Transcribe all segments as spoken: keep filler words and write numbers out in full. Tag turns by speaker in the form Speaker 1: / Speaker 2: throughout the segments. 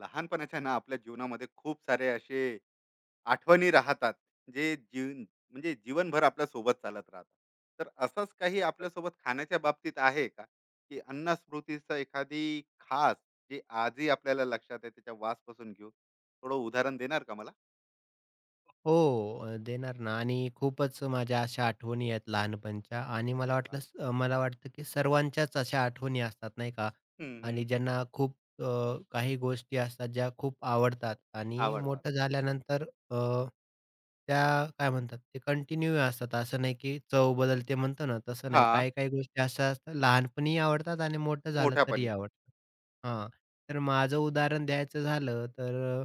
Speaker 1: लहानपणाच्या ना आपल्या जीवनामध्ये खूप सारे असे आठवणी राहतात, जे जीवन म्हणजे जीवनभर आपल्या सोबत चालत राहतात. तर असंच काही
Speaker 2: तर?
Speaker 1: आपल्यासोबत खाण्याच्या बाबतीत आहे का, की अन्नस्मृतीचं एखादी खास जे आजही आपल्याला लक्षात आहे, त्याच्या वासपासून घेऊन थोडं उदाहरण देणार का मला?
Speaker 2: हो, अ, देणार ना आणि खूपच माझ्या अशा आठवणी आहेत लहानपणच्या आणि मला
Speaker 1: अरे वा!
Speaker 2: वाटलं स अ, मला वाटतं की सर्वांच्याच अशा आठवणी असतात नाही का?
Speaker 1: हम्म,
Speaker 2: आणि
Speaker 1: हम्म.
Speaker 2: ज्यांना खूप अ, काही गोष्टी असतात ज्या खूप आवडतात आणि
Speaker 1: आवडतात.
Speaker 2: मोठं झाल्यानंतर अ, त्या काय म्हणतात ते कंटिन्यू असतात. असं नाही की चव बदलते म्हणतो ना, तसं नाही.
Speaker 1: हा,
Speaker 2: काही-काही गोष्टी अशा असतात लहानपणीही आवडतात आणि मोठं झालं तरी
Speaker 1: मोठ्यापणी पण.
Speaker 2: आवडतात. हां, तर माझं उदाहरण द्यायचं झालं तर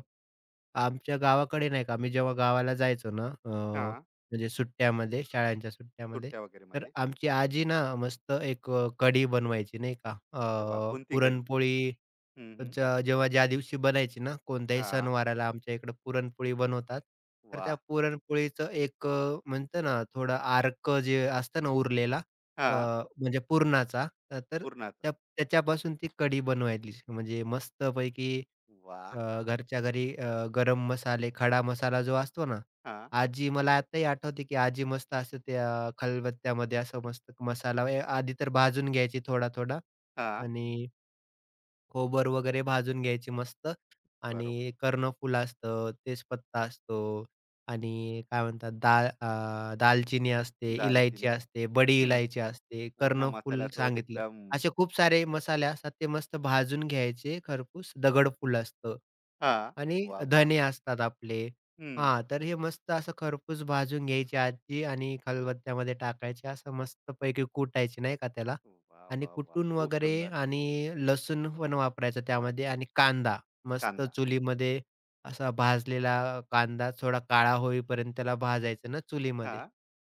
Speaker 2: आमच्या गावाकडे नाही का, मी जेव्हा गावाला जायचो ना, अ,
Speaker 1: हा,
Speaker 2: म्हणजे सुट्ट्यामध्ये, शाळांच्या सुट्ट्यामध्ये,
Speaker 1: सुट्ट्या वगैरे
Speaker 2: तर
Speaker 1: मध्ये.
Speaker 2: आमची आजी ना मस्त एक अ, कढी बनवायची नाही का. अ,
Speaker 1: अरे वा, कोणती कडी?
Speaker 2: पुरणपोळी
Speaker 1: हम्म, हम्म.
Speaker 2: ज्या जेव्हा ज्या दिवशी बनायची ना, कोणत्याही
Speaker 1: हा.
Speaker 2: सणवाराला आमच्या इकडं पुरणपोळी बनवतात. तर
Speaker 1: वा.
Speaker 2: त्या पुरणपोळीचं एक अ, म्हणतो ना थोडं अर्क जे असतं ना उरलेला
Speaker 1: हा.
Speaker 2: अ, म्हणजे पुरणाचा, अ, तर
Speaker 1: पूर्णाचा.
Speaker 2: त्या त्याच्यापासून ती कढी बनवायची. म्हणजे मस्तपैकी अ,
Speaker 1: वा.
Speaker 2: घरच्या घरी अ, गरम मसाले, खडा मसाला जो असतो ना,
Speaker 1: हा.
Speaker 2: आजी मला आताही आठवते, की आजी मस्त असं त्या खलबत्त्यामध्ये असं मस्त मसाला ए आधी तर भाजून घ्यायची थोडा-थोडा
Speaker 1: हा.
Speaker 2: आणि खोबर वगैरे भाजून घ्यायची मस्त
Speaker 1: बरोबर.
Speaker 2: आणि कर्णफूल असतं, तेजपत्ता असतो आणि काय म्हणतात दाल अ, दालचिनी असते, इलायची
Speaker 1: दालचिनी.
Speaker 2: असते, बडी
Speaker 1: हं.
Speaker 2: इलायची असते,
Speaker 1: पूर्ण
Speaker 2: कर्णफूल
Speaker 1: मसाल्यासोबत
Speaker 2: सांगितलं.
Speaker 1: एकदम.
Speaker 2: असे खूप सारे मसाले असतात, ते मस्त भाजून घ्यायचे खरपूस. दगडफूल असतं.
Speaker 1: हां.
Speaker 2: आणि
Speaker 1: वाह, वाह!
Speaker 2: धने असतात आपले.
Speaker 1: हं.
Speaker 2: हां, तर हे मस्त असं खरपूस भाजून घ्यायची आजी आणि खलबत्त्यामध्ये टाकायचे. असं मस्तपैकी कुटायचे नाही का त्याला
Speaker 1: वाह,
Speaker 2: आणि
Speaker 1: वाह, वाह!
Speaker 2: कुटून
Speaker 1: खूप
Speaker 2: वगैरे
Speaker 1: सुंदर.
Speaker 2: आणि लसूण पण वापरायचं त्यामध्ये आणि कांदा मस्त
Speaker 1: कांदा.
Speaker 2: चुलीमध्ये असा भाजलेला कांदा थोडा काळा होईपर्यंत त्याला भाजायचं ना चुलीमध्ये
Speaker 1: हां.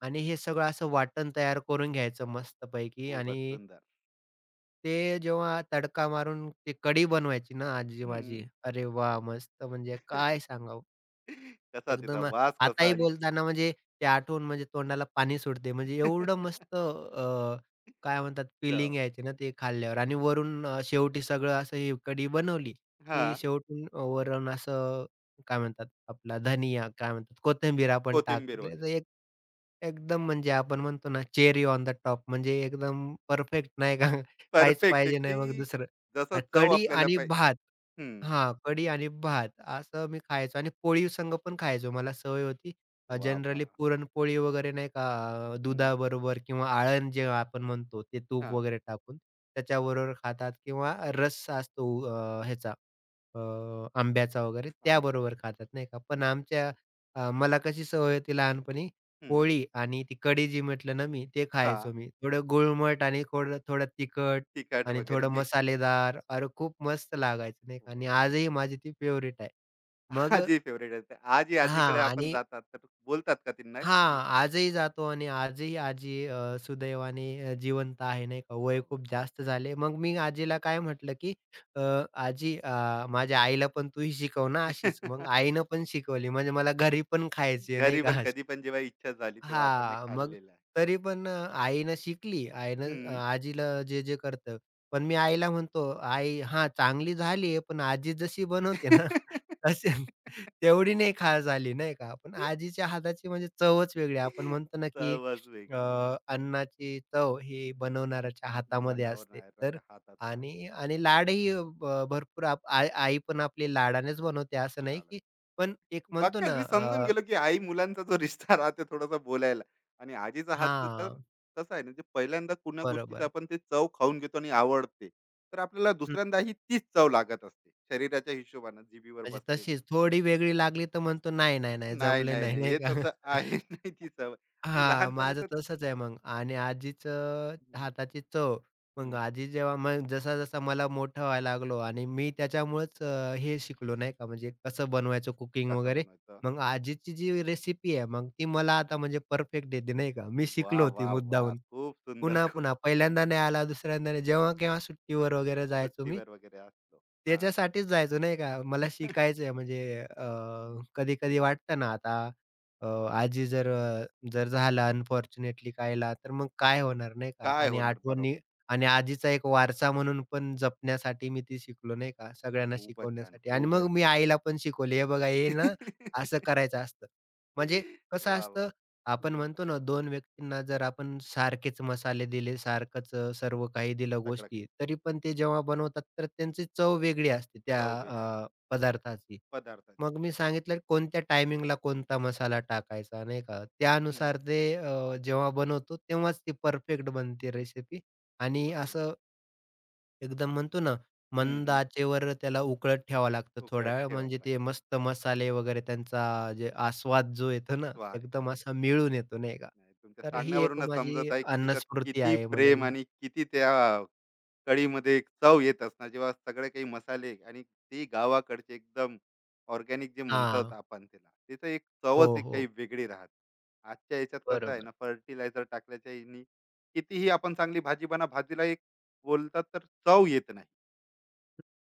Speaker 2: आणि हे सगळं असं वाटण तयार करून घ्यायचं मस्तपैकी
Speaker 1: खूपच
Speaker 2: आणि
Speaker 1: सुंदर.
Speaker 2: ते जेव्हा तडका मारून ते कढी बनवायची ना आजी
Speaker 1: हं.
Speaker 2: माझी. अरे वाह! मस्त म्हणजे काय सांगावं.
Speaker 1: कसा तिचा
Speaker 2: एकदम अ,
Speaker 1: वास कसा,
Speaker 2: आताही
Speaker 1: आणि.
Speaker 2: बोलताना म्हणजे ते आठवून म्हणजे तोंडाला पाणी सुटते. म्हणजे एवढं मस्त अ, काय म्हणतात फिलिंग
Speaker 1: चव.
Speaker 2: यायची ना ते खाल्ल्यावर आणि वरून अ, शेवटी सगळं असं ही कढी बनवली, की
Speaker 1: हां.
Speaker 2: शेवटून अ, वरून असं काय म्हणतात आपला धनिया काय म्हणतात कोथिंबीर आपण
Speaker 1: कोथिंबीर
Speaker 2: टाकली तर
Speaker 1: वगैरे.
Speaker 2: एक एकदम म्हणजे आपण म्हणतो ना चेरी ऑन द टॉप म्हणजे एकदम परफेक्ट नाही का काहीच
Speaker 1: परफेक्ट आहे
Speaker 2: पाहिजे नाही मग
Speaker 1: की.
Speaker 2: दुसरं.
Speaker 1: जसं
Speaker 2: अ,
Speaker 1: चव
Speaker 2: कढी
Speaker 1: आपल्याला
Speaker 2: आणि
Speaker 1: पाहिजे.
Speaker 2: भात.
Speaker 1: हं.
Speaker 2: हां, कढी आणि भात असं मी खायचो आणि पोळी संग पण खायचो. मला सवय होती. अ,
Speaker 1: वाह,
Speaker 2: जनरली
Speaker 1: वाह!
Speaker 2: पुरणपोळी वगैरे नाही का अ,
Speaker 1: हं.
Speaker 2: दुधाबरोबर किंवा आळण जेव्हा आपण म्हणतो ते तूप
Speaker 1: हां.
Speaker 2: वगैरे टाकून त्याच्याबरोबर खातात किंवा रस असतो अ, ह्याचा अ, आंब्याचा वगैरे
Speaker 1: आंब्याचा
Speaker 2: त्याबरोबर
Speaker 1: वगैरे.
Speaker 2: खातात नाही का. पण आमच्या अ, मला कशी सवय होती लहानपणी
Speaker 1: हं.
Speaker 2: पोळी आणि ती कढी जी म्हटलं ना मी ते
Speaker 1: हां.
Speaker 2: खायचो मी. थोडं गुळमट आणि थोडं थोडं तिखट
Speaker 1: तिखट
Speaker 2: आणि
Speaker 1: वगैरे
Speaker 2: थोडं
Speaker 1: मिक्स.
Speaker 2: मसालेदार, अरे खूप मस्त लागायचं नाही का आणि
Speaker 1: वाह, वाह!
Speaker 2: आजही माझी ती फेव्हरेट आहे. मग
Speaker 1: आजी फेवरेट आहे. आजी
Speaker 2: अ, हां
Speaker 1: आजीकडे आपण
Speaker 2: आणि
Speaker 1: जातात तर बोलतात का त्यांना की.
Speaker 2: हां, आजही जातो आणि आजही आजी अ, सुदैवाने अ, जिवंत आहे नाही का. वय
Speaker 1: वाह! वाह!
Speaker 2: खूप
Speaker 1: छान,
Speaker 2: जास्त झाले. मग मी आजीला काय म्हटलं, की "अ,
Speaker 1: छान.
Speaker 2: आजी अ, माझ्या आईला पण तू ही शिकव ना अशीच." मग आईनं पण शिकवली म्हणजे मला घरी पण खायची आहे नाही
Speaker 1: घरी पण
Speaker 2: का.
Speaker 1: कधी पण जेव्हा इच्छा झाली तेव्हा आपण ने
Speaker 2: हां, मग
Speaker 1: खाल्लेलं आहे.
Speaker 2: तरी पण अ, आईनं शिकली. आईनं अ,
Speaker 1: हं.
Speaker 2: आजीला जे-जे करतं. पण मी आईला म्हणतो, "आई हां, चांगली झाली आहे, पण आजी जशी बनवते ना, तशी तेवढी नाही खा झाली." नाही का? पण आजीच्या हाताची म्हणजे चवच वेगळी आहे. आपण म्हणतो ना, की
Speaker 1: चवच
Speaker 2: अ,
Speaker 1: वेगळी आहे.
Speaker 2: अन्नाची चव ही बनवणाऱ्याच्या हातामध्ये
Speaker 1: बनावर
Speaker 2: असते. तर
Speaker 1: नारळाच्या हातात राहतं.
Speaker 2: आणि आणि लाडही भ भरपूर आप आई आई पण आपली लाडानेच बनवते असं नाही,
Speaker 1: लाडात.
Speaker 2: की पण एक
Speaker 1: बघ
Speaker 2: म्हणतो
Speaker 1: काय
Speaker 2: ना
Speaker 1: मी
Speaker 2: अ
Speaker 1: समजून गेलो, की आई मुलांचा जो रिश्ता राहते थोडासा बोलायला. आणि आजीचा हातचं तर
Speaker 2: हां,
Speaker 1: कसं आहे ना, जे पहिल्यांदा कुण्या गोष्टीचा
Speaker 2: बरोबर.
Speaker 1: आपण ते चव खाऊन घेतो आणि आवडते, तर आपल्याला दुसऱ्यांदाही तीच चव लागत असते. शरीराच्या हिशोबानं जिभेवर
Speaker 2: म्हणजे
Speaker 1: बसलेली.
Speaker 2: तशीच थोडी वेगळी लागली तर म्हणतो, "नाही, नाही, नाही,
Speaker 1: नाही,
Speaker 2: जमले
Speaker 1: नाही,
Speaker 2: नाही."
Speaker 1: नाही.
Speaker 2: नाही
Speaker 1: हे
Speaker 2: का?
Speaker 1: तसं आहे. नाही ती सवय. आणि
Speaker 2: हां, माझं
Speaker 1: लहानपणाचं.
Speaker 2: तसंच आहे मग आणि आजीचं
Speaker 1: हं,
Speaker 2: हाताची चव.
Speaker 1: हं.
Speaker 2: मग आजी जेव्हा मग जसा-जसा मला मोठा व्हायला लागलो आणि मी त्याच्यामुळेच अ, हे शिकलो नाही का, म्हणजे कसं बनवायचं कुकिंग
Speaker 1: कसं
Speaker 2: वगैरे.
Speaker 1: बनवायचं?
Speaker 2: मग आजीची जी रेसिपी आहे, मग ती मला आता म्हणजे परफेक्ट येते नाही का. मी
Speaker 1: वाह,
Speaker 2: शिकलो ती
Speaker 1: वाह, वाह!
Speaker 2: मुद्दामून.
Speaker 1: खूप सुंदर. खूप.
Speaker 2: पुन्हा-पुन्हा. पहिल्यांदा नाही आला, दुसऱ्यांदा नाही. जेव्हा-केव्हा सुट्टीवर वगैरे जायचो मी.
Speaker 1: सुट्टीवर वगैरे असलो. हां.
Speaker 2: त्याच्यासाठीच जायचो नाही का. मला शिकायचंय म्हणजे कधी-कधी वाटतं ना आता अ, आजी जर अ, जर झालं अनफॉर्च्युनेटली कायला, तर मग काय होणार नाही का.
Speaker 1: काय
Speaker 2: आणि
Speaker 1: होणार?
Speaker 2: आठवणी
Speaker 1: बरोबर.
Speaker 2: आणि आजीचा एक वारसा म्हणून पण जपण्यासाठी मी ती शिकलो नाही का, सगळ्यांना
Speaker 1: खूपच छान.
Speaker 2: शिकवण्यासाठी. आणि मग
Speaker 1: खूपच.
Speaker 2: मी आईला पण शिकवले, "हे बघा हे ना असं करायचं असतं." म्हणजे कसं
Speaker 1: वाह, वाह!
Speaker 2: असतं आपण
Speaker 1: हं.
Speaker 2: म्हणतो ना, दोन व्यक्तींना जर आपण सारखेच मसाले दिले, सारखंच अ, सर्व काही दिलं
Speaker 1: सगळं काही.
Speaker 2: गोष्टी, तरी पण ते जेव्हा बनवतात, तर त्यांची चव वेगळी असते त्या
Speaker 1: चव वेगळी
Speaker 2: अ,
Speaker 1: राहते.
Speaker 2: पदार्थाची.
Speaker 1: पदार्थाची.
Speaker 2: मग मी सांगितलं कोणत्या टायमिंगला कोणता मसाला टाकायचा, नाही का?
Speaker 1: हं.
Speaker 2: त्यानुसार ते अ, जेव्हा बनवतो, तेव्हाच ती परफेक्ट बनते रेसिपी आणि
Speaker 1: खूपच सुंदर.
Speaker 2: असं एकदम म्हणतो ना,
Speaker 1: हं,
Speaker 2: मंद
Speaker 1: हं.
Speaker 2: आचेवर त्याला उकळत ठेवावं लागतं
Speaker 1: उकळत
Speaker 2: थोडा वेळ,
Speaker 1: ठेवत
Speaker 2: म्हणजे ते
Speaker 1: राहील.
Speaker 2: मस्त मसाले वगैरे त्यांचा जे आस्वाद जो येतो ना,
Speaker 1: स्वाद देत.
Speaker 2: एकदम असा मिळून येतो नाही का?
Speaker 1: नाही, तुमच्या
Speaker 2: तर ही एक
Speaker 1: सांगण्यावरूनच
Speaker 2: माझी
Speaker 1: समजत आहे की त्याच्यात
Speaker 2: अन्नस्मृती
Speaker 1: किती
Speaker 2: आहे म्हणेल
Speaker 1: प्रेम
Speaker 2: मी.
Speaker 1: आणि किती त्या कढीमध्ये एक चव येत असणार जेव्हा सगळे काही मसाले आणि ती गावाकडचे एकदम ऑर्गॅनिक जे
Speaker 2: हां.
Speaker 1: म्हणतात आपण, त्याला त्याचं एक चवच
Speaker 2: हो,
Speaker 1: एक
Speaker 2: हो.
Speaker 1: काही वेगळी राहते. आजच्या याच्यात कसं आहे
Speaker 2: बरोबर.
Speaker 1: ना, फर्टिलायझर टाकल्याच्या ह्यानी कितीही आपण चांगली भाजी बना, भाजीला एक बोलतात तर चव येत नाही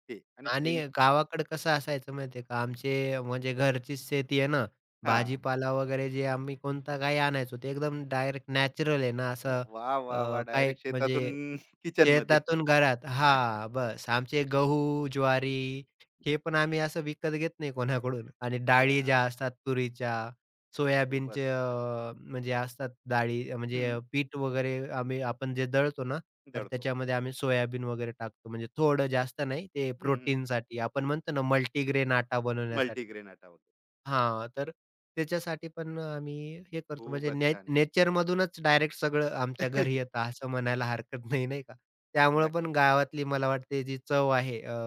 Speaker 1: ते. आणि त्यां
Speaker 2: आणि गावाकडं कसं असायचं माहिती आहे का, आमचे म्हणजे घरचीच शेती आहे ना,
Speaker 1: हा
Speaker 2: भाजीपाला वगैरे जे आम्ही कोणता काही आणायचो, ते एकदम डायरेक्ट नॅचरल आहे ना, असं
Speaker 1: वा
Speaker 2: अ,
Speaker 1: वा वा,
Speaker 2: काय
Speaker 1: डायरेक्ट शेतातून
Speaker 2: म्हणजे
Speaker 1: किचन मध्ये.
Speaker 2: शेतातून घरात हां, बस. आमचे गहू, ज्वारी हे पण आम्ही असं विकत घेत नाही कोणाकडून आणि डाळी
Speaker 1: या.
Speaker 2: ज्या असतात तुरीच्या
Speaker 1: खूपच
Speaker 2: सोयाबीनचे
Speaker 1: छान.
Speaker 2: अ, म्हणजे असतात डाळी अ, म्हणजे अ,
Speaker 1: हम्म,
Speaker 2: पीठ वगैरे आम्ही आपण जे दळतो ना, तर
Speaker 1: दडतो.
Speaker 2: त्याच्यामध्ये आम्ही सोयाबीन वगैरे टाकतो. म्हणजे थोडं जास्त नाही, ते प्रोटीनसाठी आपण म्हणतो ना मल्टीग्रेन आटा बनवण्यासाठी.
Speaker 1: मल्टीग्रेन आटा वगैरे.
Speaker 2: हां, तर त्याच्यासाठी पण आम्ही हे करतो म्हणजे
Speaker 1: खूपच
Speaker 2: ने
Speaker 1: छान.
Speaker 2: नेचरमधूनच डायरेक्ट सगळं आमच्या घरी येतं असं म्हणायला हरकत नाही, नाही का? त्यामुळं पण
Speaker 1: नक्की.
Speaker 2: गावातली मला वाटते जी चव आहे अ,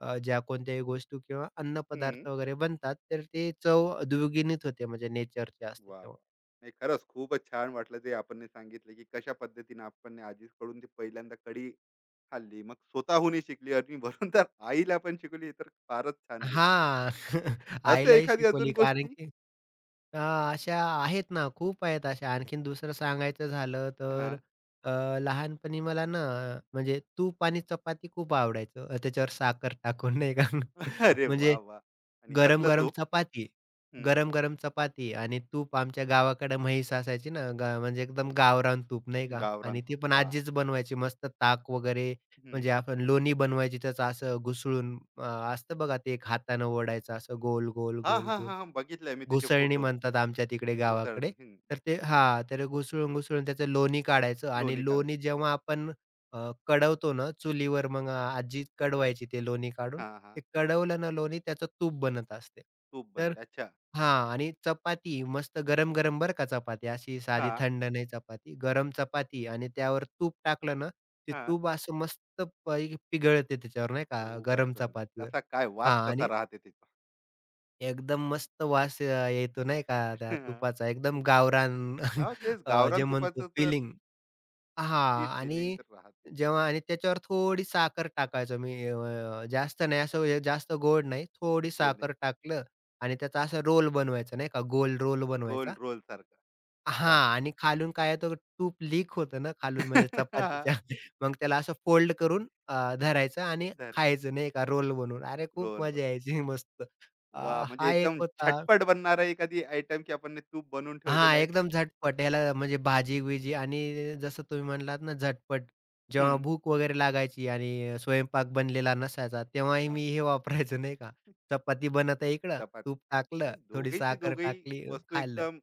Speaker 2: अ, ज्या कोणत्याही गोष्टी किंवा
Speaker 1: हम्म.
Speaker 2: अन्नपदार्थ वगैरे बनतात, तर ते चव द्विगुणित होते म्हणजे नेचरची असते
Speaker 1: वा
Speaker 2: तेव्हा.
Speaker 1: वा. नाही, खरंच खूपच छान वाटलं ते आपण सांगितलं की कशा पद्धतीने आपण आजीकडून ती पहिल्यांदा कडी खाल्ली, मग स्वतःहूनही शिकली आणि वरून तर आईला पण शिकली. ही तर फारच छान गोष्ट.
Speaker 2: हां.
Speaker 1: असे
Speaker 2: आईलाही
Speaker 1: एखादी अजून
Speaker 2: शिकवली कारण
Speaker 1: गोष्टी.
Speaker 2: की अ, अशा आहेत ना, खूप आहेत अशा. आणखीन दुसरं सांगायचं झालं
Speaker 1: हा.
Speaker 2: तर अ, लहानपणी मला ना म्हणजे तूप आणि चपाती खूप आवडायचं. अ, त्याच्यावर साखर टाकून नाही का
Speaker 1: अरे वा
Speaker 2: म्हणजे
Speaker 1: वा! आणि कसलं
Speaker 2: गरम-गरम
Speaker 1: तूप?
Speaker 2: चपाती,
Speaker 1: हम्म.
Speaker 2: गरम-गरम चपाती आणि तूप आमच्या गावाकडे म्हैस असायची ना, गा म्हणजे एकदम गावरान तूप नाही का
Speaker 1: गावरान
Speaker 2: आणि ती
Speaker 1: तूप,
Speaker 2: पण
Speaker 1: वा.
Speaker 2: आजीच बनवायची मस्त ताक वगैरे म्हणजे
Speaker 1: हम्म.
Speaker 2: आपण लोणी बनवायची त्याचं असं घुसळून अ, असतं बघा ते एक हातानं ओढायचं असं गोल, गोल,
Speaker 1: हा
Speaker 2: गोल,
Speaker 1: हा
Speaker 2: गोल.
Speaker 1: हा हा, बघितलंय मी त्याचे
Speaker 2: घुसळणी
Speaker 1: फोटो.
Speaker 2: म्हणतात आमच्या तिकडे गावाकडे.
Speaker 1: घुसळणी, हम्म.
Speaker 2: तर ते हां, तर घुसळून, घुसळून त्याचं लोणी काढायचं
Speaker 1: लोणी
Speaker 2: आणि लोणी
Speaker 1: काढायचं.
Speaker 2: जेव्हा आपण अ, कढवतो ना चुलीवर मग आजी कढवायची ते लोणी काढून.
Speaker 1: हा हा.
Speaker 2: ते कढवलं ना लोणी त्याचं तूप बनत असते.
Speaker 1: तूप
Speaker 2: तर
Speaker 1: बनते, अच्छा.
Speaker 2: हां आणि चपाती मस्त गरम-गरम बरं का चपाती अशी
Speaker 1: हा
Speaker 2: साधी थंड नाही चपाती. गरम चपाती आणि त्यावर तूप टाकलं ना, ते
Speaker 1: हा.
Speaker 2: तूप असं मस्त पै पिघळते त्याच्यावर नाही का
Speaker 1: खूपच
Speaker 2: गरम
Speaker 1: सुंदर,
Speaker 2: चपातीवर.
Speaker 1: कसा काय
Speaker 2: हां
Speaker 1: वास कसा
Speaker 2: आणि
Speaker 1: राहते त्याचा?
Speaker 2: एकदम मस्त वास अ, येतो नाही का त्या तुपाचा एकदम गावरान
Speaker 1: हां, तेच
Speaker 2: अ,
Speaker 1: गावरान
Speaker 2: जे म्हणतो
Speaker 1: तुपाचं तर
Speaker 2: फिलिंग
Speaker 1: ही
Speaker 2: हां
Speaker 1: फिलिंग
Speaker 2: आणि
Speaker 1: तर राहते.
Speaker 2: जेव्हा आणि त्याच्यावर थोडी साखर टाकायचो मी अ, जास्त नाही असं हे जास्त गोड नाही. थोडी
Speaker 1: गोड नाही.
Speaker 2: साखर टाकलं आणि त्याचा असा रोल बनवायचा नाही का गोल रोल
Speaker 1: गोल
Speaker 2: बनवायचा.
Speaker 1: रोल सारखा. वाह!
Speaker 2: हां आणि खालून काय आहे तो तूप लीक होतं ना खालून म्हणजे
Speaker 1: हां.
Speaker 2: चपातीच्या मग त्याला असं फोल्ड करून अ, धरायचं आणि
Speaker 1: धर
Speaker 2: खायचं नाही का रोल बनवून. अरे खूप
Speaker 1: रोल बघ.
Speaker 2: मजा यायची मस्त. अ,
Speaker 1: वाह! म्हणजे
Speaker 2: हा एक
Speaker 1: एकदम
Speaker 2: होता.
Speaker 1: झटपट बनणारा एखादी आयटम, की आपण ने तूप बनवून
Speaker 2: हां,
Speaker 1: ठेवलेला आहे.
Speaker 2: एकदम झटपट ह्याला म्हणजे भाजी-बिजी आणि जसं तुम्ही म्हणालात ना, झटपट
Speaker 1: हं.
Speaker 2: जेव्हा भूक वगैरे लागायची आणि स्वयंपाक बनलेला नसायचा, तेव्हाही
Speaker 1: हां.
Speaker 2: मी हे वापरायचो नाही का, चपाती बनत आहे इकडं,
Speaker 1: चपाती
Speaker 2: तूप
Speaker 1: आणि
Speaker 2: टाकलं, थोडी
Speaker 1: दोघीची
Speaker 2: साखर
Speaker 1: दोघेही
Speaker 2: टाकली, अं,
Speaker 1: वस्तू
Speaker 2: खाल्लं.
Speaker 1: एकदम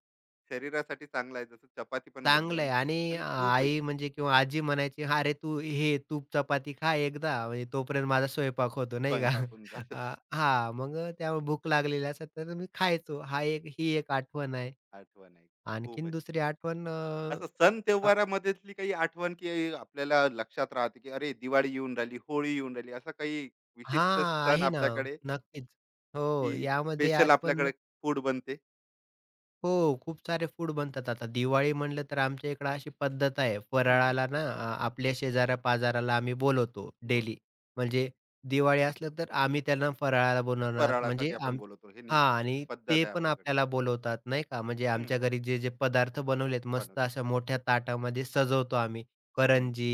Speaker 1: शरीरासाठी चांगला आहे. जसं चपाती पण मोडली,
Speaker 2: चांगलं
Speaker 1: आणि
Speaker 2: आहे आणि
Speaker 1: आणि तूपही.
Speaker 2: आई म्हणजे किंवा आजी म्हणायची, "अरे, तू हे तूप चपाती खा एकदा, म्हणजे तोपर्यंत माझा स्वयंपाक होतो," नाही का.
Speaker 1: स्वयंपाक जातो.
Speaker 2: अ, हां, मग त्यामुळे भूक लागलेली असेल तर मी खायचो. हा एक ही एक आठवण आहे.
Speaker 1: आठवण आहे.
Speaker 2: आणखीन
Speaker 1: खूपच.
Speaker 2: दुसरी आठवण
Speaker 1: असं सण
Speaker 2: अ,
Speaker 1: त्योहारामध्येतली काही आठवण, की आपल्याला लक्षात राहते की अरे दिवाळी येऊन राहिली, होळी येऊन राहिली, असा काही विशिष्ट
Speaker 2: हां,
Speaker 1: सण
Speaker 2: आहे ना.
Speaker 1: आपल्याकडे,
Speaker 2: नक्कीच. हो,
Speaker 1: की
Speaker 2: यामध्ये
Speaker 1: स्पेशल
Speaker 2: आठवण
Speaker 1: आपल्याकडे फूड बनते?
Speaker 2: हो, खूप सारे फूड बनतात आता. दिवाळी म्हणलं तर आमच्या इकडं अशी पद्धत आहे.
Speaker 1: हं,
Speaker 2: फराळाला ना अ, आपल्या शेजाऱ्या-पाजाराला आम्ही बोलवतो
Speaker 1: बोला.
Speaker 2: डेली. म्हणजे दिवाळी असलं तर आम्ही त्यांना फराळाला बनवणार. म्हणजे
Speaker 1: फराळासाठी आपण
Speaker 2: आम
Speaker 1: बोलतो. हे नि
Speaker 2: हां आणि
Speaker 1: पद्धत
Speaker 2: ते
Speaker 1: आहे
Speaker 2: पण
Speaker 1: आपल्याकडे.
Speaker 2: आपल्याला बोलवतात नाही का. म्हणजे
Speaker 1: हं,
Speaker 2: आमच्या घरी जे-जे पदार्थ बनवलेत
Speaker 1: बनवलं.
Speaker 2: मस्त अशा मोठ्या ताटामध्ये सजवतो आम्ही.
Speaker 1: हं.
Speaker 2: करंजी,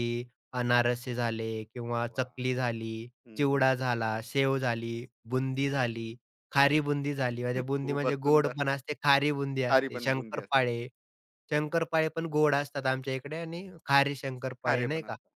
Speaker 2: अनारसे झाले किंवा
Speaker 1: वाह!
Speaker 2: चकली झाली,
Speaker 1: हं, हं.
Speaker 2: चिवडा झाला, शेव झाली, बुंदी झाली. खारी बुंदी झाली. म्हणजे बुंदी
Speaker 1: खूपच
Speaker 2: म्हणजे गोड
Speaker 1: सुंदर.
Speaker 2: पण असते, खारी बुंदी
Speaker 1: खारी
Speaker 2: असते.
Speaker 1: पण बुंदी असते.
Speaker 2: शंकरपाळे, शंकरपाळे पण गोड असतात आमच्या इकडे आणि खारी शंकरपाळे
Speaker 1: खारे
Speaker 2: नाही
Speaker 1: पण
Speaker 2: का?
Speaker 1: असतात.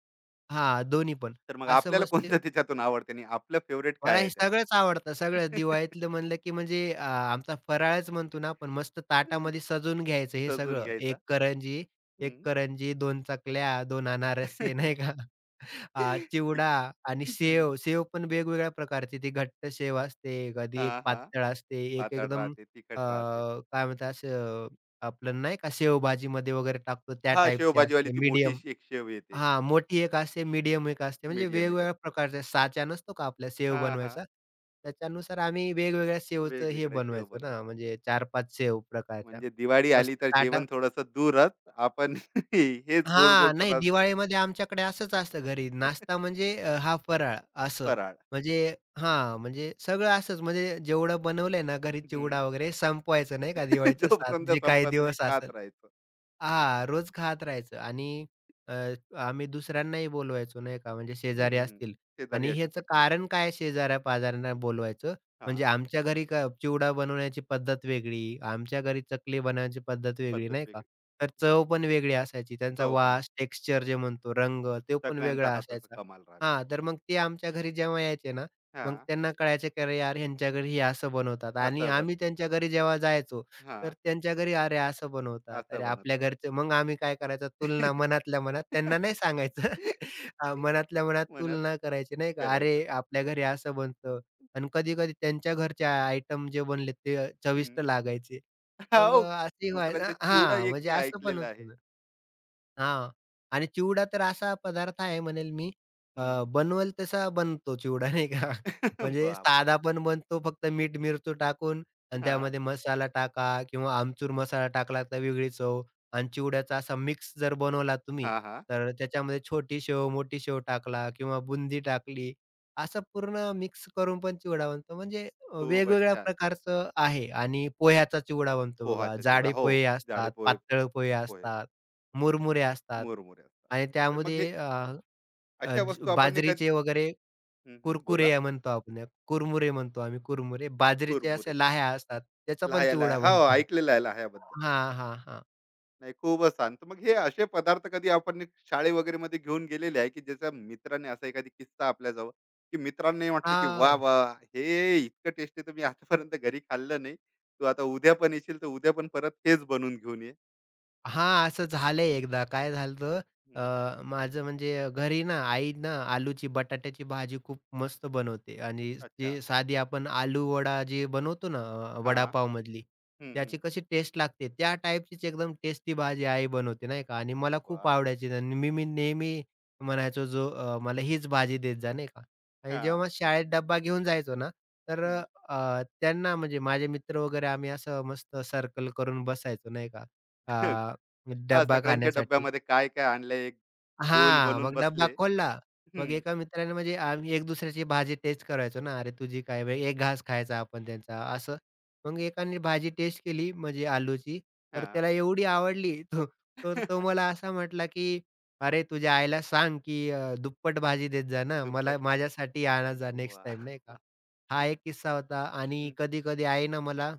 Speaker 2: हां, दोन्ही पण.
Speaker 1: तर मग
Speaker 2: असं
Speaker 1: आपल्याला
Speaker 2: मस्त
Speaker 1: कोणतं त्याच्यातून आवडते आणि आपलं फेव्हरेट
Speaker 2: मला
Speaker 1: काय आहे
Speaker 2: हे
Speaker 1: त्यात?
Speaker 2: सगळंच आवडतं, सगळंच. दिवाळीतलं म्हणलं की म्हणजे अ, आमचा फराळच म्हणतो ना आपण, मस्त ताटामध्ये सजवून घ्यायचं हे
Speaker 1: सजून
Speaker 2: सगळं.
Speaker 1: घ्यायचा.
Speaker 2: एक करंजी, एक
Speaker 1: हं.
Speaker 2: करंजी, दोन चकल्या, दोन अनारसे नाही का? अ,
Speaker 1: की.
Speaker 2: चिवडा आणि
Speaker 1: हं.
Speaker 2: सेव. सेव पण वेगवेगळ्या प्रकारची. ती घट्ट सेव असते, कधी एक
Speaker 1: हां, हां.
Speaker 2: पातळ असते, एक
Speaker 1: पातळ
Speaker 2: एकदम
Speaker 1: राहते,
Speaker 2: अ,
Speaker 1: तिखट राहते.
Speaker 2: काय म्हणतात असं आपलं नाही का, शेवभाजीमध्ये वगैरे टाकतो त्या
Speaker 1: हां,
Speaker 2: टाईपची
Speaker 1: शेवभाजीवाली
Speaker 2: असते,
Speaker 1: ती मोठी
Speaker 2: मीडियम.
Speaker 1: अशी एक शेव येते.
Speaker 2: हां, मोठी एक असते, मीडियम एक असते. म्हणजे
Speaker 1: मीडियम एक
Speaker 2: वेगवेगळ्या
Speaker 1: असते.
Speaker 2: प्रकारच्या साचा नसतो का आपला सेव
Speaker 1: हां, हां.
Speaker 2: बनवायचा, त्याच्यानुसार आम्ही वेगवेगळ्या सेवचं हे
Speaker 1: वेगवेगळ्या शेव
Speaker 2: बनवायचो ना,
Speaker 1: बनवतात.
Speaker 2: म्हणजे चार पाच सेव प्रकारच्या.
Speaker 1: म्हणजे दिवाळी आली
Speaker 2: मस्त
Speaker 1: तर
Speaker 2: ताटा
Speaker 1: जेवण थोडंसं दूरच. आपण हेच गोड-गोड
Speaker 2: हां, नाही
Speaker 1: परा.
Speaker 2: दिवाळीमध्ये आमच्याकडे असंच असतं घरी. नाश्ता म्हणजे अ, हा फराळ असं.
Speaker 1: फराळ.
Speaker 2: म्हणजे हां, म्हणजे सगळं असंच म्हणजे जेवढं बनवलंय ना घरी
Speaker 1: हं.
Speaker 2: चिवडा वगैरे संपवायचं नाही का दिवाळीच्या सात
Speaker 1: जोपर्यंत
Speaker 2: जे काही
Speaker 1: संपत नाही
Speaker 2: दिवस
Speaker 1: खात
Speaker 2: असेल.
Speaker 1: राहायचं.
Speaker 2: हां, रोज खात राहायचं आणि अ, आम्ही दुसऱ्यांनाही बोलवायचो नाही का, म्हणजे
Speaker 1: हं,
Speaker 2: शेजारी
Speaker 1: हं.
Speaker 2: असतील
Speaker 1: शेजारी
Speaker 2: आणि
Speaker 1: असे ते
Speaker 2: ह्याचं
Speaker 1: तर.
Speaker 2: कारण काय शेजाऱ्या-पाजाऱ्यांना बोलवायचं,
Speaker 1: हां.
Speaker 2: म्हणजे आमच्या घरी क चिवडा बनवण्याची पद्धत वेगळी, आमच्या घरी चकली बनवण्याची पद्धत वेगळी
Speaker 1: पद्धत
Speaker 2: नाही का,
Speaker 1: वेगळी.
Speaker 2: तर
Speaker 1: बरं.
Speaker 2: चव पण वेगळी असायची. त्यांचा
Speaker 1: चव पण वेगळी.
Speaker 2: वास, टेक्स्चर जे म्हणतो, रंग तो पण
Speaker 1: सगळ्यांचा
Speaker 2: वेगळा
Speaker 1: हाताचा
Speaker 2: असायचा.
Speaker 1: कमाल राहते.
Speaker 2: हां, तर मग ते आमच्या घरी जेव्हा यायचे ना, मग
Speaker 1: हां.
Speaker 2: त्यांना कळायचं की अरे यार, ह्यांच्या घरी हे असं बनवतात आणि
Speaker 1: असं बन.
Speaker 2: आम्ही त्यांच्या घरी जेव्हा जायचो,
Speaker 1: हां,
Speaker 2: तर त्यांच्या घरी "अरे असं बनवतात,
Speaker 1: असं
Speaker 2: अरे
Speaker 1: बनवतात.
Speaker 2: आपल्या घरचे" मग आम्ही काय करायचं तुलना मनातल्या मनात त्यांना नाही सांगायचं. हां, मनातल्या मनात
Speaker 1: मनात
Speaker 2: तुलना करायची नाही का,
Speaker 1: करायचं.
Speaker 2: "अरे आपल्या घरी असं बनतं" आणि कधी-कधी त्यांच्या घरचे आयटम जे बनले ते चविष्ट
Speaker 1: हं.
Speaker 2: लागायचे. मग अ,
Speaker 1: हो.
Speaker 2: असे व्हाय
Speaker 1: दुसऱ्यांचा चिवडा
Speaker 2: हां,
Speaker 1: एक
Speaker 2: म्हणजे
Speaker 1: मी
Speaker 2: असं पण
Speaker 1: ऐकलेला आहे.
Speaker 2: होतं हां. आणि चिवडा तर असा पदार्थ आहे म्हणेल मी अ,
Speaker 1: हं.
Speaker 2: बनवल तसा बनतो चिवडा नाही का?
Speaker 1: वाह,
Speaker 2: म्हणजे
Speaker 1: वाह,
Speaker 2: साधा
Speaker 1: वाह!
Speaker 2: पण बनतो फक्त मीठ मिरची टाकून आणि
Speaker 1: हां.
Speaker 2: त्यामध्ये मसाला टाका किंवा आमचूर मसाला टाकला तर वेगळी चव आणि चिवड्याचा असा मिक्स जर बनवला तुम्ही,
Speaker 1: हां, हां.
Speaker 2: तर त्याच्यामध्ये छोटी शेव, मोठी शेव टाकला किंवा बुंदी टाकली. असं पूर्ण मिक्स करून पण चिवडा बनतो. म्हणजे अ,
Speaker 1: खूपच
Speaker 2: वेगवेगळ्या
Speaker 1: छान.
Speaker 2: प्रकारचं आहे आणि पोह्याचा चिवडा बनतो बघा.
Speaker 1: पोहाचा चिवडा.
Speaker 2: जाडे
Speaker 1: हो.
Speaker 2: पोहे
Speaker 1: जाडे
Speaker 2: असतात,
Speaker 1: पोहे.
Speaker 2: पातळ पोहे
Speaker 1: पोहे.
Speaker 2: असतात. मुरमुरे असतात
Speaker 1: मुरमुरे असतात.
Speaker 2: आणि
Speaker 1: तर मग हे
Speaker 2: त्यामध्ये अ, अ,
Speaker 1: अशा
Speaker 2: ज
Speaker 1: वस्तू आपण नाही कधी.
Speaker 2: बाजरीचे वगैरे
Speaker 1: हं, हं.
Speaker 2: कुरकुरे
Speaker 1: बोला.
Speaker 2: म्हणतो आपण, या कुरमुरे म्हणतो आम्ही कुरमुरे. बाजरीच्या अशा
Speaker 1: कुरमुरे.
Speaker 2: लाह्या असतात, त्याचा पण
Speaker 1: लाह्या-लाह्या.
Speaker 2: चिवडा
Speaker 1: हो,
Speaker 2: बनतो.
Speaker 1: ऐकलेलं आहे लाह्याबद्दल.
Speaker 2: हां, हां, हां.
Speaker 1: नाही, खूपच छान. तर मग हे असे पदार्थ कधी आपण एक शाळे वगैरे मध्ये घेऊन गेलेले आहे, की ज्याचा मित्राने असा एखादी किस्सा आपल्याजवळ, की मित्रांनी म्हटलं, की "वाह!
Speaker 2: हां.
Speaker 1: वाह! हे इतकं टेस्टी तर मी आतापर्यंत घरी खाल्लं नाही. तू आता उद्या पण येशील तर उद्या पण परत हेच बनवून घेऊन ये."
Speaker 2: हां, असं झालंय एकदा. काय झालं अ,
Speaker 1: हं.
Speaker 2: माझं म्हणजे घरी ना आई ना आलूची बटाट्याची भाजी खूप मस्त बनवते आणि
Speaker 1: अच्छा.
Speaker 2: जी साधी आपण आलू वडा जी बनवतो ना अ,
Speaker 1: हां.
Speaker 2: वडापावमधली,
Speaker 1: हं, हं.
Speaker 2: त्याची कशी टेस्ट लागते त्या टाईपचीच एकदम टेस्टी भाजी आई बनवते नाही का आणि मला खूप
Speaker 1: वाह!
Speaker 2: आवडायची आणि मी मी नेहमी म्हणायचो जो अ, मला हीच भाजी देत जा नाही का आणि
Speaker 1: हां.
Speaker 2: जेव्हा शाळेत डब्बा घेऊन जायचो ना, तर
Speaker 1: हं.
Speaker 2: अ, त्यांना म्हणजे माझे मित्र वगैरे आम्ही असं मस्त सर्कल करून बसायचो नाही का.
Speaker 1: हां.
Speaker 2: डब्बा
Speaker 1: सगळ्यांच्या
Speaker 2: खाण्यासाठी.
Speaker 1: डब्यामध्ये काय-काय आणलंय एक. गोल
Speaker 2: हां,
Speaker 1: बनून
Speaker 2: मग डब्बा
Speaker 1: बसले.
Speaker 2: खोलला. मग
Speaker 1: हं.
Speaker 2: एका मित्राने म्हणजे आम्ही एक दुसऱ्याची भाजी टेस्ट करायचो ना, "अरे, तुझी काय बे?" एक घास खायचा आपण त्यांचा असं. मग एकाने भाजी टेस्ट केली म्हणजे आलूची, तर
Speaker 1: हां.
Speaker 2: त्याला एवढी आवडली तो तर तो मला असा म्हटला, की "अरे, तुझ्या आईला सांग, की अ, दुप्पट भाजी देत जा ना,
Speaker 1: दुप्पट.
Speaker 2: मला माझ्यासाठी आणत जा नेक्स्ट
Speaker 1: वाह!
Speaker 2: टाईम," नाही का.
Speaker 1: वाह!
Speaker 2: हा एक किस्सा होता आणि
Speaker 1: हं,
Speaker 2: कधी-कधी आई ना मला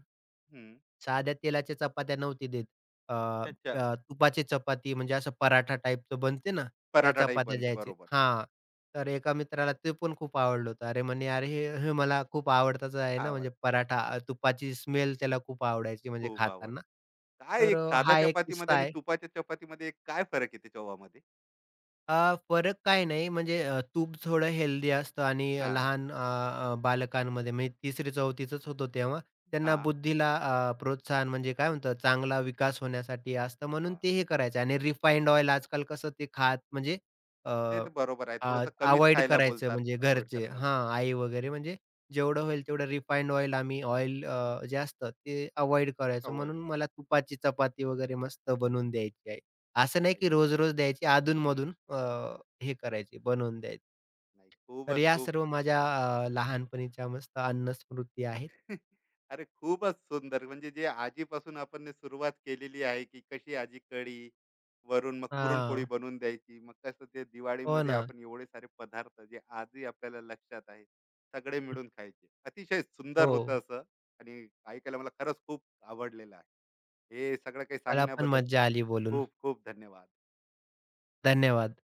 Speaker 1: हं.
Speaker 2: साध्या तेलाच्या चपात्या नव्हती देत. अ,
Speaker 1: अच्छा.
Speaker 2: अ, तुपाची चपाती म्हणजे असं पराठा टाईपचं बनते ना, त्या
Speaker 1: पराठा टाईप
Speaker 2: चपात्या
Speaker 1: बनते,
Speaker 2: द्यायचे
Speaker 1: बरोबर.
Speaker 2: हां. तर एका मित्राला ते पण खूप आवडलं होतं. अरे म्हणे, "अरे हे हे मला खूप आवडताच आहे ना, म्हणजे
Speaker 1: आवड.
Speaker 2: पराठा." अ, तुपाची स्मेल त्याला खूप आवडायची म्हणजे
Speaker 1: खूप आवडतं.
Speaker 2: खाताना.
Speaker 1: काय
Speaker 2: तर
Speaker 1: एक
Speaker 2: अ,
Speaker 1: साध्या
Speaker 2: हा एक किस्सा
Speaker 1: चपातीमध्ये आणि
Speaker 2: आहे.
Speaker 1: तुपाच्या चपातीमध्ये एक काय फरक आहे त्या चवामध्ये?
Speaker 2: अ, फरक काही नाही म्हणजे अ, तूप थोडं हेल्दी असतं आणि
Speaker 1: हां,
Speaker 2: लहान अ, अ, बालकांमध्ये म्हणजे तिसरी चौथीचंच होतो तेव्हा, त्यांना
Speaker 1: हां.
Speaker 2: बुद्धीला अ, प्रोत्साहन म्हणजे काय म्हणतात चांगला विकास होण्यासाठी असतं म्हणून
Speaker 1: वाह!
Speaker 2: ते हे करायचे आणि रिफाइंड ऑइल आजकाल कसं ते खात म्हणजे अ,
Speaker 1: ते तर बरोबर आहे. थोडंसं कमीच खायला
Speaker 2: करायचं
Speaker 1: बोलतात,
Speaker 2: म्हणजे
Speaker 1: अव्हॉइड
Speaker 2: घरचे
Speaker 1: करायलाच
Speaker 2: हां,
Speaker 1: बोलतात.
Speaker 2: आई वगैरे म्हणजे जेवढं होईल तेवढं रिफाइंड ऑइल आम्ही ऑइल जे असतं ते अव्हॉइड करायचो
Speaker 1: अव्हॉइड
Speaker 2: म्हणून
Speaker 1: करा.
Speaker 2: मला तुपाची चपाती वगैरे मस्त बनवून द्यायची असं नाही
Speaker 1: नाही.
Speaker 2: की रोज-रोज द्यायची,
Speaker 1: हं.
Speaker 2: अधून-मधून अ, हे करायची, बनवून द्यायची.
Speaker 1: नाही.
Speaker 2: तर
Speaker 1: खूपच
Speaker 2: या
Speaker 1: खूप.
Speaker 2: सर्व माझ्या अ, लहानपणीच्या मस्त अन्न स्मृती आहेत.
Speaker 1: अरे खूपच सुंदर, म्हणजे जे आजीपासून आपण ने सुरुवात केलेली आहे की कशी आजी कढी, वरून मग
Speaker 2: हां.
Speaker 1: पुरणपोळी बनवून द्यायची, मग कसं ते
Speaker 2: हो
Speaker 1: दिवाळीमध्ये
Speaker 2: ना.
Speaker 1: आपण एवढे सारे पदार्थ जे आजही आपल्याला लक्षात आहे, सगळे मिळून खायचे, अतिशय सुंदर
Speaker 2: हो.
Speaker 1: होतं असं. आणि ऐकायला मला खरंच खूप आवडलेलं आहे हे सगळं काही
Speaker 2: मला पण
Speaker 1: सांगण्याबद्दल.
Speaker 2: मज्जा आली बोलून.
Speaker 1: खूप खूप धन्यवाद.
Speaker 2: धन्यवाद.